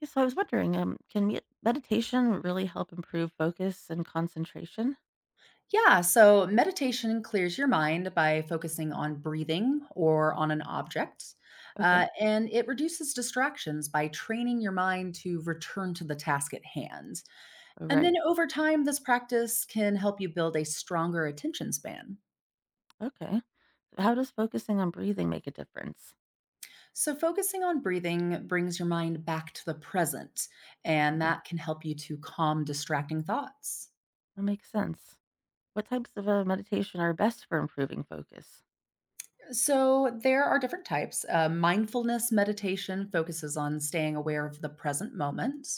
Yeah, so I was wondering, can meditation really help improve focus and concentration? Yeah, so meditation clears your mind by focusing on breathing or on an object, Okay. And it reduces distractions by training your mind to return to the task at hand. All And then right. over time, this practice can help you build a stronger attention span. Okay. So how does focusing on breathing make a difference? So, focusing on breathing brings your mind back to the present, and Mm, that can help you to calm distracting thoughts. that makes sense. What types of meditation are best for improving focus? So, there are different types. Mindfulness meditation focuses on staying aware of the present moment.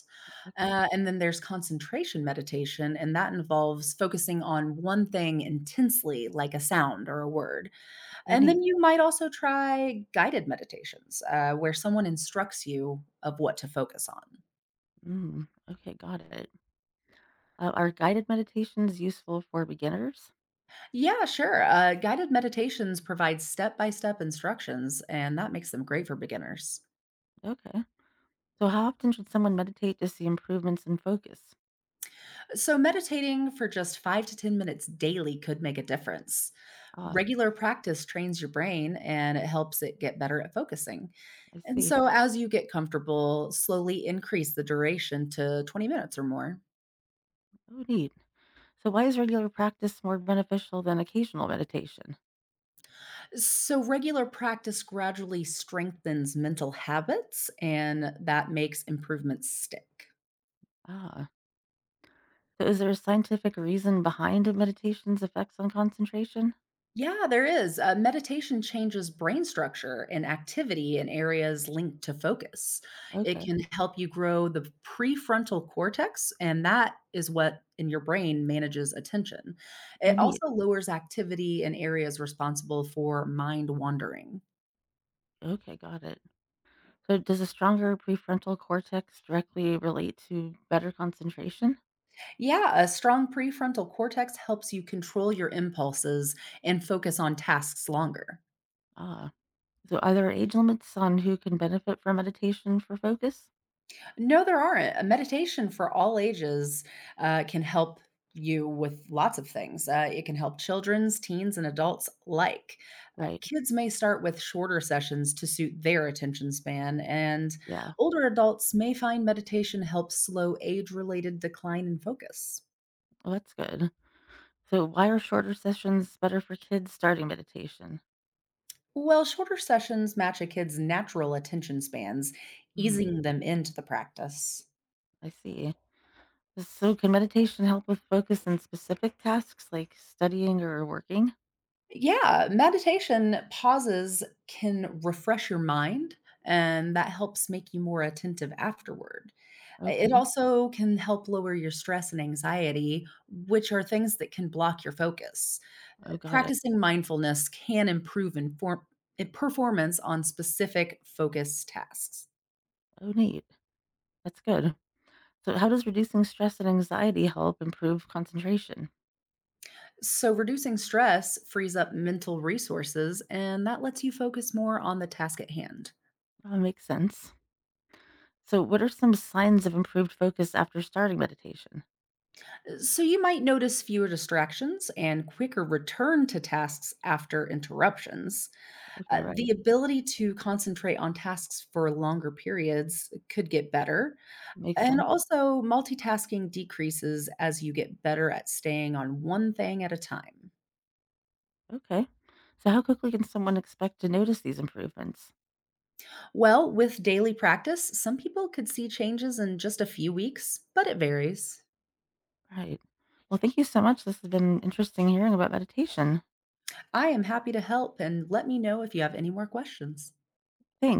Okay. And then there's concentration meditation, and that involves focusing on one thing intensely, like a sound or a word. Oh, And neat. then you might also try guided meditations, where someone instructs you of what to focus on. Mm, okay, got it. Are guided meditations useful for beginners? Yeah, sure. Guided meditations provide step by step instructions, and that makes them great for beginners. Okay. So how often should someone meditate to see improvements in focus? So, meditating for just 5 to 10 minutes daily could make a difference. Ah, Regular practice trains your brain and it helps it get better at focusing. I And see. so, as you get comfortable, slowly increase the duration to 20 minutes or more. Oh, neat. So why is regular practice more beneficial than occasional meditation? So, regular practice gradually strengthens mental habits and that makes improvements stick. Ah. So is there a scientific reason behind meditation's effects on concentration? Yeah, there is. Meditation changes brain structure and activity in areas linked to focus. It Okay. can help you grow the prefrontal cortex, and that is what in your brain manages attention. Oh, It neat. also lowers activity in areas responsible for mind wandering. Okay, got it. So does a stronger prefrontal cortex directly relate to better concentration? Yeah, a strong prefrontal cortex helps you control your impulses and focus on tasks longer. Ah. So are there age limits on who can benefit from meditation for focus? No, there aren't. A meditation for all ages can help you with lots of things. It can help children's, teens, and adults alike. Right. Kids may start with shorter sessions to suit their attention span, and Yeah. older adults may find meditation helps slow age related decline in focus. Well, that's good. So why are shorter sessions better for kids starting meditation? Well, shorter sessions match a kid's natural attention spans, Hmm. easing them into the practice. I see. So can meditation help with focus in specific tasks like studying or working? Yeah, meditation pauses can refresh your mind, and that helps make you more attentive afterward. It Okay. also can help lower your stress and anxiety, which are things that can block your focus. Oh, got it. Practicing mindfulness can improve performance on specific focus tasks. Oh, neat. That's good. So how does reducing stress and anxiety help improve concentration? So, reducing stress frees up mental resources, and that lets you focus more on the task at hand. That makes sense. So what are some signs of improved focus after starting meditation? So you might notice fewer distractions and quicker return to tasks after interruptions. Uh, Okay, the right. ability to concentrate on tasks for longer periods could get better. Makes And sense. also, multitasking decreases as you get better at staying on one thing at a time. Okay. So how quickly can someone expect to notice these improvements? Well, with daily practice, some people could see changes in just a few weeks, but it varies. Right. Well, thank you so much. This has been interesting hearing about meditation. I am happy to help and let me know if you have any more questions. Thanks.